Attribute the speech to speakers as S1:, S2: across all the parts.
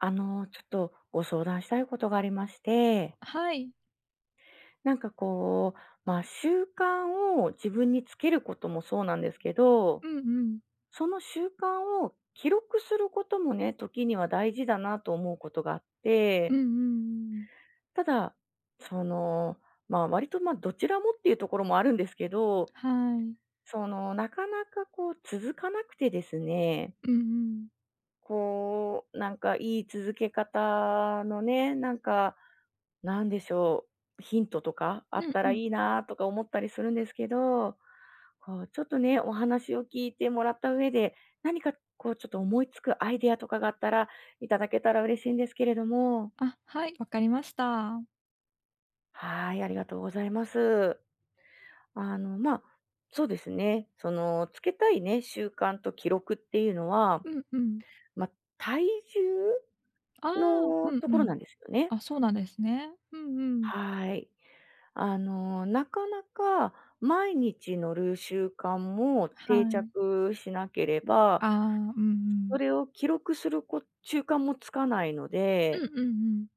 S1: ちょっとご相談したいことがありまして、
S2: はい。
S1: なんかこう、習慣を自分につけることもそうなんですけど、
S2: うんうん。
S1: その習慣を記録することもね、時には大事だなと思うことがあっ
S2: うん
S1: て、
S2: うんうん。
S1: ただ、その、割とどちらもっていうところもあるんですけど、
S2: はい。
S1: なかなかこう、続かなくてですね、
S2: うんうん。
S1: こう、なんかいい続け方のね、なんでしょう、ヒントとかあ
S2: う
S1: っ
S2: ん
S1: た
S2: う
S1: ら
S2: ん。
S1: いいなとか思ったりするんですけど、こうちょっとね、お話を聞いてもらった上で、何かこうちょっと思いつくアイデアとかがあったら、いただけたら嬉しいんですけれども。
S2: あ、はい、わかりました。
S1: はい、ありがとうございます。あの、ま、あそうですね、そのつけたいね、習慣と記録っていうのは、
S2: うんうん。
S1: まあ、体
S2: ああ、
S1: 重の
S2: うん
S1: と
S2: う
S1: ころ
S2: ん。
S1: なんですよね。
S2: あ、そうなんですね。うんうん。
S1: はい。なかなか毎日乗る習慣も定
S2: はい。
S1: 着しなければ、
S2: ああ、うんうん。
S1: それを記録するこ習慣もつかないの
S2: うん
S1: で、
S2: うんうん。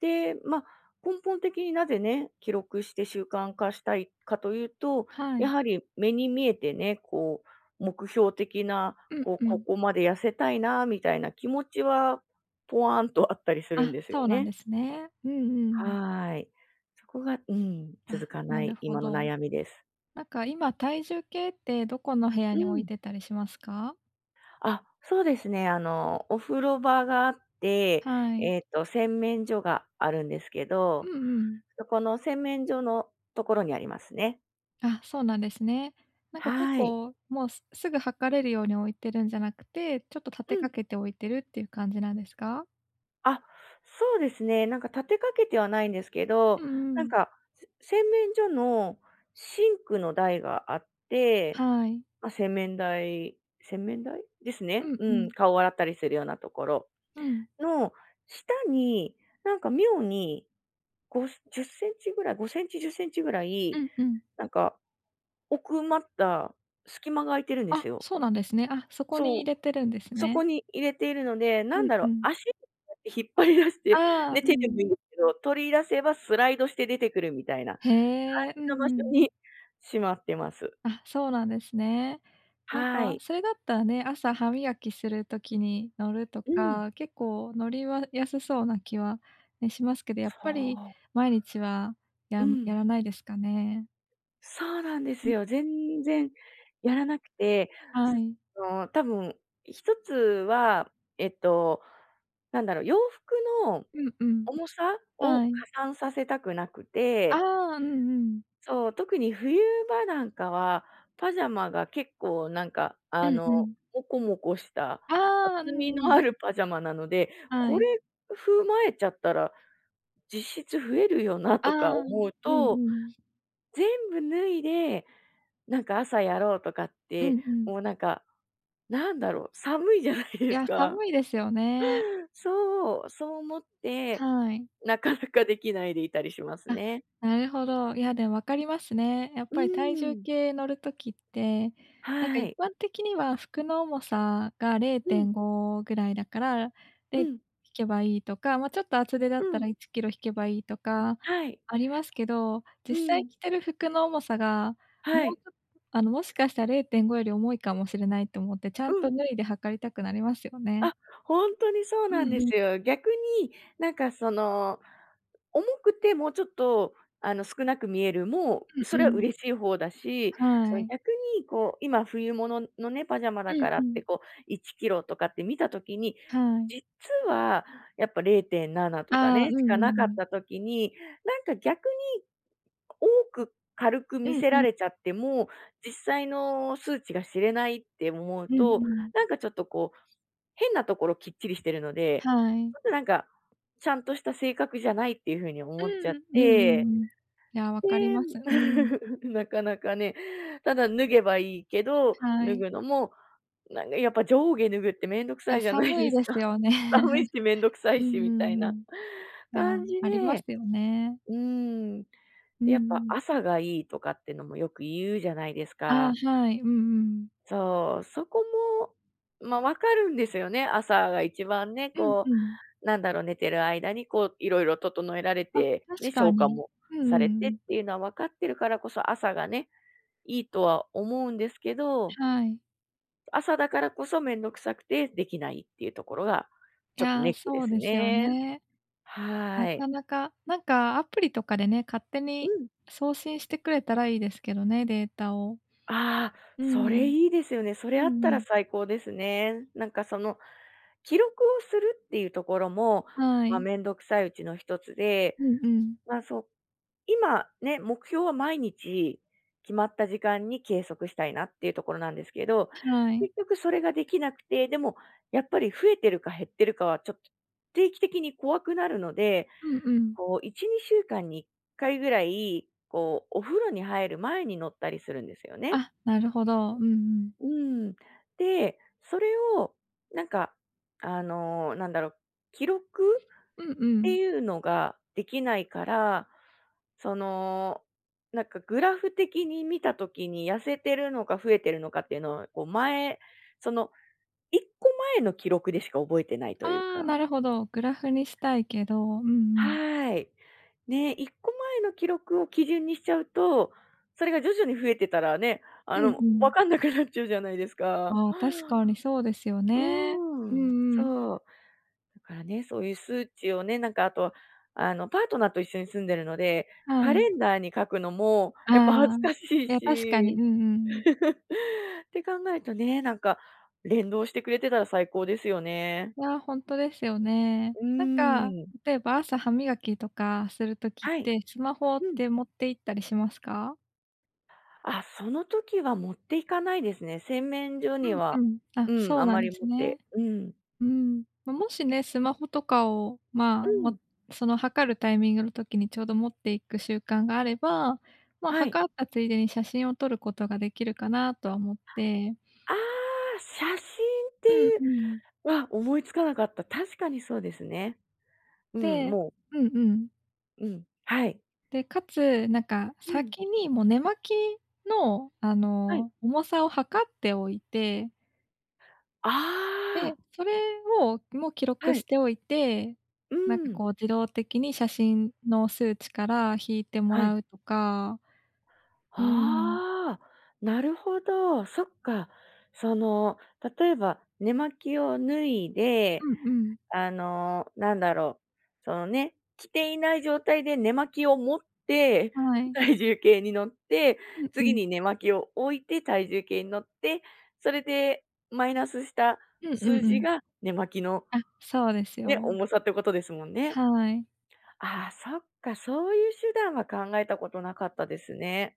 S1: で、根本的になぜね、記録して習慣化したいかというと、
S2: は
S1: や
S2: い。
S1: はり目に見えてね、こう、目標的な、
S2: うん
S1: こう、
S2: う
S1: こ
S2: ん。
S1: こまで痩せたいなみたいな気持ちは、ポワーンとあったりするん
S2: あ、
S1: ですよ
S2: そうなん
S1: ね。
S2: ですね。うんうん。
S1: はーい。そこがうん、続
S2: あ、
S1: か
S2: な
S1: な
S2: る
S1: い
S2: ほ
S1: 今の
S2: ど。
S1: 悩みです。
S2: なんか今体重計ってどこの部屋
S1: う
S2: に置い
S1: ん。
S2: てたりしますか？
S1: あ、そうですね。お風呂場があって、
S2: はい。
S1: 洗面所があるんですけ
S2: う
S1: ど、
S2: んうん。
S1: そこの洗面所のところにありますね。
S2: あ、そうなんですね。なんか結
S1: はい。
S2: 構、もうすすぐ測れるように置いてるんじゃなくて、ちょっと立
S1: う
S2: てか
S1: ん。
S2: けて置いてるっていう感じなんですか？
S1: あ、そうですね。立てかけてはないんですけ
S2: うん
S1: ど、
S2: う
S1: なん
S2: ん。
S1: か、せ洗面所のシンクの台があって、
S2: はい。
S1: まあ、洗面台洗面台です
S2: う
S1: ね。
S2: んう
S1: うん、
S2: ん。
S1: 顔を洗ったりするようなところ
S2: うん。
S1: の下に、なんか妙に10センチぐらい、5センチ、10センチぐら
S2: う
S1: い、
S2: んうん。
S1: なんか奥まった隙間が空いてるんです
S2: あ、
S1: よ。
S2: そうなんですね。あ、そこに
S1: そ
S2: 入
S1: う、
S2: れてるんです
S1: そ
S2: ね。
S1: こに入れているので、な
S2: う
S1: ん
S2: ん
S1: だろ
S2: う
S1: う、
S2: ん。
S1: 足で引っ張り出して、
S2: ああ、
S1: ね、
S2: う
S1: 手でも
S2: ん
S1: いいんですけど、取り出せばスライドして出てくるみたいな、
S2: へえ、うん
S1: その場
S2: う
S1: 所
S2: ん。
S1: にしまってます。
S2: あ、そうなんですね。なん
S1: は
S2: か、
S1: い。
S2: それだったらね、朝歯磨きする時に乗ると
S1: うん。
S2: か、結構乗りはやすそうな気は、ね、しますけど、やっ
S1: そ
S2: ぱり
S1: う。
S2: 毎日は
S1: う
S2: やんや
S1: ん。
S2: らないですかね？
S1: そうなんですよ。全然やらなくて、
S2: はい。
S1: 多分一つは、えっと、なんだろう、洋服の
S2: うんうん。
S1: 重さを
S2: は
S1: 加
S2: い。
S1: 算させたくなく
S2: あ
S1: て、
S2: あ、うんうん。
S1: そう、特に冬場なんかは、パジャマが結構
S2: うんうん。
S1: もこもこした
S2: ああ、う
S1: 厚
S2: ん
S1: み
S2: う
S1: のあ
S2: ん。
S1: るパジャマなので、
S2: は
S1: こ
S2: い。
S1: れ踏まえちゃったら実質増えるよな
S2: あ
S1: とか
S2: あ、う
S1: 思
S2: ん
S1: う
S2: う
S1: と、
S2: ん。
S1: 全部脱いで、なんか朝やろうとかっ
S2: う
S1: て、
S2: んうん。
S1: もうなんか、なんだろう、寒いじゃないで
S2: い
S1: す
S2: や、
S1: か。
S2: 寒いですよね。
S1: そう、そう思って、
S2: はい。
S1: なかなかできないでいたりします
S2: あ、
S1: ね。
S2: なるほど。いや、でも分かりますね。やっ
S1: うー
S2: ぱり体重
S1: ん。
S2: 計乗る時って、なんか
S1: は
S2: 一
S1: い。
S2: 般的には服の重さが
S1: うん、
S2: 0.5ぐらいだから、で、
S1: う
S2: 引
S1: ん、
S2: けばいいとか、ま、ちょっと厚手だ
S1: う
S2: ったら
S1: ん。
S2: 1キロ引けばいいとか
S1: はい。
S2: ありますけど、
S1: う
S2: 実際
S1: ん。
S2: 着てる服の重さが、も
S1: は
S2: う
S1: い。
S2: ちょもしかしたら0.5より重いかもしれないと思って、ちゃ
S1: う
S2: んと
S1: ん。
S2: 脱いで測りたくなりますよね。
S1: あ、ほんとにそう
S2: う
S1: なん
S2: ん
S1: で
S2: うん、
S1: すよ。逆に、なんかその、重くてもうちょっと、少なく見えるも、そ
S2: うんう
S1: れは
S2: ん。
S1: 嬉しい方だし、そ
S2: は
S1: の
S2: い。
S1: 逆にこう、今冬物のね、パジャマ
S2: う
S1: だ
S2: ん
S1: から
S2: う
S1: っ
S2: ん。
S1: てこう、1キロとかって見た時に、
S2: はい。
S1: 実はやっぱ0.7とか
S2: ああ、う
S1: ね、
S2: ん
S1: し
S2: う
S1: か
S2: んう
S1: なかっ
S2: ん。
S1: た時に、なんか逆多く軽く
S2: う
S1: 見
S2: ん
S1: せ
S2: う
S1: ら
S2: ん。
S1: れちゃっても、実際の数値が知れないって思う
S2: うん
S1: と、
S2: うん。
S1: なんかちょっとこう、変なところきっちりしてるの
S2: は
S1: で、
S2: い。
S1: ちょっとなんか、ちゃんとした性格じゃないっていう風に
S2: う
S1: 思っちゃっ
S2: ん。うんう
S1: て、
S2: んうん。いや、分かり
S1: で、
S2: ます。うん。
S1: なかなかね、ただ脱げばいいけど、
S2: は
S1: 脱
S2: い。
S1: ぐのも、なんかやっぱ上下脱ぐってめんどく
S2: い
S1: さ
S2: や、
S1: いじゃない
S2: 寒い
S1: です
S2: です
S1: か。
S2: よね。
S1: 寒い しめんどくさ
S2: う
S1: いし
S2: んう
S1: みたい
S2: んう
S1: な
S2: ん。いやわ
S1: 感じ
S2: あります
S1: で、
S2: よね。
S1: うーん。
S2: うん
S1: で、
S2: う
S1: やっぱ
S2: ん。
S1: 朝がいいとかってのもよく言うじゃないです
S2: ああ、
S1: か。
S2: はい。うんうん。
S1: そう、そこも、まあ、分かるんですよね。朝が一番ね、
S2: うん
S1: こ
S2: うん。
S1: う、なんだろう、寝てる間にこういろいろ整えられ
S2: あ、
S1: て、ね、
S2: 確か
S1: 消化
S2: に。
S1: も
S2: うんうん
S1: さ
S2: う
S1: れてっ
S2: ん。
S1: ていうのは分かってるからこそ、朝がね、いいとは思うんですけど、
S2: はい。
S1: 朝だからこそ面倒くさくてできないっていうところが、
S2: い
S1: ちょっとネ
S2: や、
S1: ックで
S2: そう
S1: す
S2: ですよ
S1: ね。
S2: ね。
S1: は
S2: な
S1: ーい。
S2: かなか、なんかアプリとかでね、勝手
S1: う
S2: に
S1: ん。
S2: 送信してくれたらいいですけどね、データを。
S1: ああ、
S2: う
S1: それ
S2: ん。
S1: いいですよね。それ
S2: うんう
S1: あったら
S2: ん。
S1: 最高ですね。記録をするっていうところも、
S2: は
S1: まあ、
S2: い。
S1: めんどくさいうちの一つで、
S2: うんうん。
S1: ま、そう今ね、目標は毎日決まった時間に計測したいなっていうところなんですけど、
S2: はい。
S1: 結局それができなくて、でもやっぱり増えてるか減ってるかはちょっと定期的に怖くなるので、
S2: うんうん。
S1: こう1、2週間に1回ぐらい、こうお風呂に入る前に乗ったりするんですよね。
S2: あ、なるほど。うんうん。
S1: うん。で、それを、なんか、なんだろう、記録
S2: うんう
S1: っ
S2: ん。
S1: ていうのができないから、その、なんかグラフ的に見たときに痩せてるのか増えてるのかっていうのを、こう前、その、1個前の記録でしか覚えてないという
S2: ああ、な
S1: か。
S2: るほど。グラフにしたいけど、うんうん。
S1: はい。ね、1個前の記録を基準にしちゃうと、それが徐々に増えてたらね、
S2: うんう
S1: わか
S2: ん。
S1: んなくなっちゃうじゃないですか。
S2: ああ、確かにそうですよ
S1: う
S2: ね。
S1: ー
S2: う
S1: ん、
S2: んうん。
S1: そう。だからね、そういう数値をね、なんかあと、あの、パートナーと一緒に住んでるので、
S2: は
S1: カ
S2: い。
S1: レンダーに書くのも
S2: あ
S1: やっぱ恥
S2: あ、
S1: ずかしい
S2: いや、確かに。う
S1: し。
S2: んうん。
S1: って考えるとね、なんか連動してくれてたら最高ですよね。
S2: いや、ほんとですよね。
S1: う
S2: なんか、
S1: ーん。
S2: 例えば朝歯磨きとかする時っ
S1: はい。
S2: て、スマホっ
S1: うん。
S2: て持って行ったりしますか？
S1: あ、その時は持っていかないですね。洗面所
S2: う
S1: には、
S2: んうん。あ、
S1: うん、
S2: そう
S1: あ
S2: なん
S1: ま
S2: で
S1: り
S2: す
S1: 持っ
S2: ね。
S1: てうん。
S2: うん、ま、もしね、スマホとかを、
S1: う
S2: まあ、
S1: ん。
S2: もその測るタイミングの時にちょうど持っていく習慣があれば、ま、
S1: はい。
S2: 測ったついでに写真を撮ることができるかなとは思って
S1: ああ、写真って
S2: うん
S1: いう
S2: うん。
S1: わ、思いつかなかった。確かにそうですね。うん、
S2: で
S1: もう
S2: うんうん。
S1: うん、はい。
S2: で、かつ、なんか
S1: うん、
S2: 先にもう寝巻きの、
S1: はい。
S2: 重さを測っておいて、で、
S1: あ
S2: それをもう記
S1: あ、
S2: 録
S1: は
S2: し
S1: い。
S2: ておいて、
S1: う
S2: なんか
S1: ん、
S2: こう自動的に写真の数値から引いても
S1: はい。
S2: らうとかうーん。
S1: ああ、なるほど、そっか。その、例えば、寝巻きを脱いで
S2: うんうん。
S1: なんだろう、そのね、着ていない状態で寝巻きを持って、
S2: は い。
S1: 体重計に乗って、
S2: うんう
S1: 次
S2: ん。
S1: に寝巻きを置いて体重計に乗って、それでマイナスした
S2: うんうん
S1: 数
S2: う
S1: 字
S2: ん。
S1: が寝巻きの
S2: あ、そうです
S1: ね、
S2: よ。
S1: 重さってことですもんね。
S2: はい。
S1: ああ、そっか、そういう手段は考えたことなかったですね。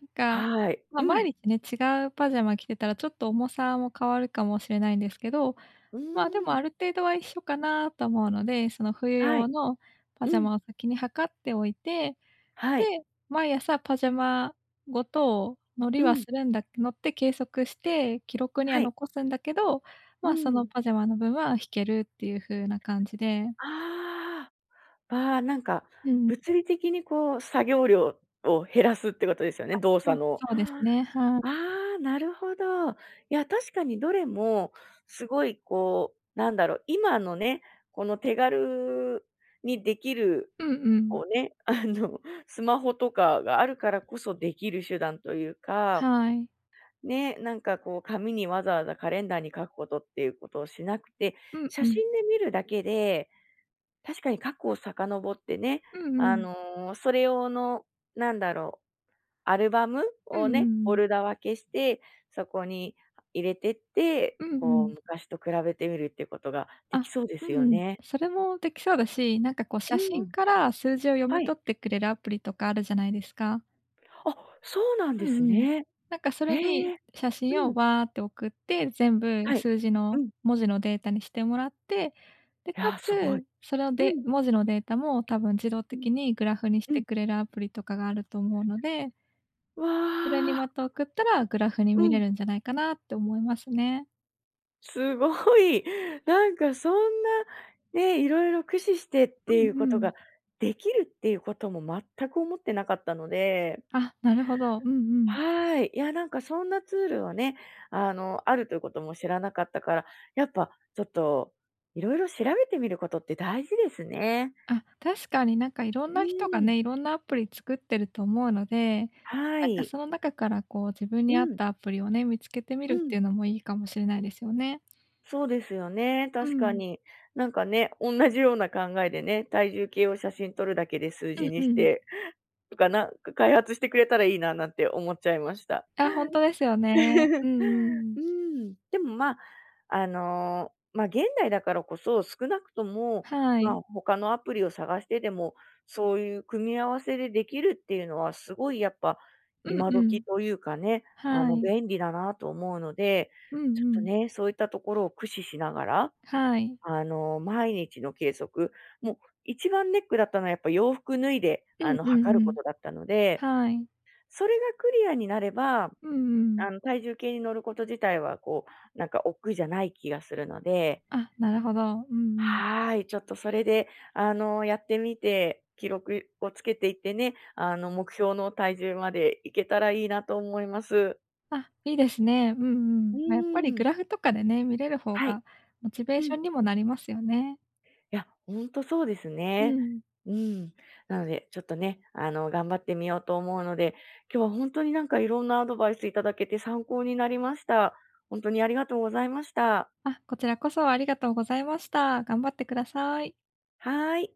S2: なんか、
S1: はい。
S2: ま、
S1: う
S2: 毎
S1: ん。
S2: 日ね、違うパジャマ着てたらちょっと重さも変わるかもしれないんですけど、
S1: うー
S2: まあ、でも
S1: ん。
S2: ある程度は一緒かなと思うので、その冬
S1: は
S2: 用
S1: い。
S2: のパ
S1: う
S2: ジャ
S1: ん。
S2: マを先に測っておいて、
S1: は
S2: で、
S1: い。
S2: 毎朝パジャマごと乗り
S1: う
S2: は
S1: ん。
S2: するんだ乗って計測して、記録には
S1: はい。
S2: 残すんだけど、
S1: う
S2: まあ、その
S1: ん。
S2: パジャマの分は引けるっていう風な感じで。
S1: ああ。ああ、なんか、
S2: うん
S1: 物理的にこう作業量を減らすってことですよね、動
S2: そう、
S1: 作の。
S2: そうですね、は
S1: あ
S2: い。
S1: あ、なるほど。いや、確かにどれもすごいこう、なんだろう、今のね、この手軽にできる、
S2: うんうん。
S1: こうね、スマホとかがあるからこそできる手段というか、
S2: はい。
S1: ね、なんかこう紙にわざわざカレンダーに書くことっていうことをしなくて、
S2: うんう
S1: 写
S2: ん。
S1: 真で見るだけで確かに過去を遡ってね、
S2: うんうん。
S1: それ用の、なんだろう、アルバム
S2: うん
S1: を
S2: うんう
S1: ね、フォ
S2: ん。
S1: ルダ分けして、そこに入れてって、
S2: うんう
S1: こ
S2: ん。
S1: う昔と比べてみるってことができ
S2: あ、
S1: そうで
S2: うん
S1: す
S2: うんうんあう
S1: よ
S2: んうん
S1: ね。
S2: それもできそうだし、なんかこう写
S1: う
S2: 真
S1: ん。
S2: から数字を読
S1: は
S2: み
S1: い。
S2: 取ってくれるアプリとかあるじゃないですか。
S1: あ、そうなん
S2: う
S1: で
S2: ん
S1: す
S2: うん。
S1: ね。
S2: なんかそれ
S1: え
S2: に
S1: え。
S2: 写真
S1: う
S2: を
S1: ん。
S2: わーって送って、全部
S1: はい。
S2: 数字
S1: う
S2: の
S1: ん。
S2: 文字のデータにしてもらって、で、
S1: い
S2: か
S1: やー、
S2: つ、
S1: すごい。
S2: それを
S1: う
S2: で
S1: ん、
S2: 文字のデータも多分自動
S1: うん、
S2: 的にグラフにし
S1: う
S2: て
S1: ん。
S2: くれるアプリとかがあると思うので
S1: わ
S2: それにま
S1: あ。
S2: た送ったら、グラフに見
S1: う
S2: れ
S1: ん。
S2: るんじゃないかなって思いますね。
S1: すごい。なんかそんな、ね、いろいろ駆使してっ
S2: う
S1: ていう
S2: ん
S1: こ
S2: う
S1: と
S2: ん。
S1: ができるっていうことも全く思ってなかったので、
S2: あ、なるほど。うんうん。
S1: はい。いや、なんかそんなツールはね、あるということも知らなかったから、やっぱちょっといろいろ調べてみることって大事ですね。
S2: あ、確かになんかいろん
S1: う
S2: な人が
S1: ーん。
S2: ね、いろんなアプリ作ってると思うので、
S1: は
S2: なんか
S1: い。
S2: その中からこう自分に
S1: う
S2: 合っ
S1: ん、
S2: たアプリをね、見つけてみ
S1: う
S2: るってい
S1: ん。
S2: うのもいいかもしれないですよね。
S1: そうですよね、
S2: う
S1: 確か
S2: ん。
S1: に。なんかね、同じような考えでね、体重計を写真撮るだけで数
S2: う
S1: 字
S2: ん
S1: にし
S2: うん。
S1: てとか、な開発してくれたらいいななんて思っちゃいました。
S2: あ、ほんとですよね。う んうん。
S1: うーん、でも、まあ、現代だからこそ、少なくとも、
S2: は
S1: ま
S2: い。
S1: あ、他のアプリを探してでも、そういう組み合わせでできるっていうのはすごいやっぱ、
S2: う
S1: 今
S2: んう
S1: 時
S2: ん。
S1: というかね、
S2: はい。
S1: 便利だなと思うので、
S2: うんう
S1: ちょっと
S2: ん。
S1: ね、そういったところを駆使しながら、
S2: はい。
S1: 毎日の計測、もう一番ネックだったのはやっぱ洋服脱いで、
S2: うんう
S1: 測
S2: ん
S1: る
S2: う
S1: こ
S2: ん。
S1: とだったので
S2: はい。
S1: それがクリアになれば、
S2: うんうん。
S1: 体重計に乗ること自体は、こう、なんか億劫じゃない気がするので、
S2: あ、なるほど。うんうん。
S1: はい、ちょっとそれで、やってみて、記録をつけていってね、目標の体重までいけたらいいなと思います。
S2: あ、いいですね。うんうん。
S1: う
S2: まあ、やっぱり
S1: ー
S2: グ
S1: ん。
S2: ラフとかでね、見れる方
S1: はい。
S2: がモチベー
S1: う
S2: シ
S1: ん。
S2: ョンにもなりますよね。
S1: いや、ほんとそうです
S2: う
S1: ね。
S2: ん。
S1: うん。なので、ちょっとね、頑張ってみようと思うので、今日は本当になんかいろんなアドバイスいただけて参考になりました。本当にありがとうございました。
S2: あ、こちらこそありがとうございました。頑張ってください。
S1: はーい。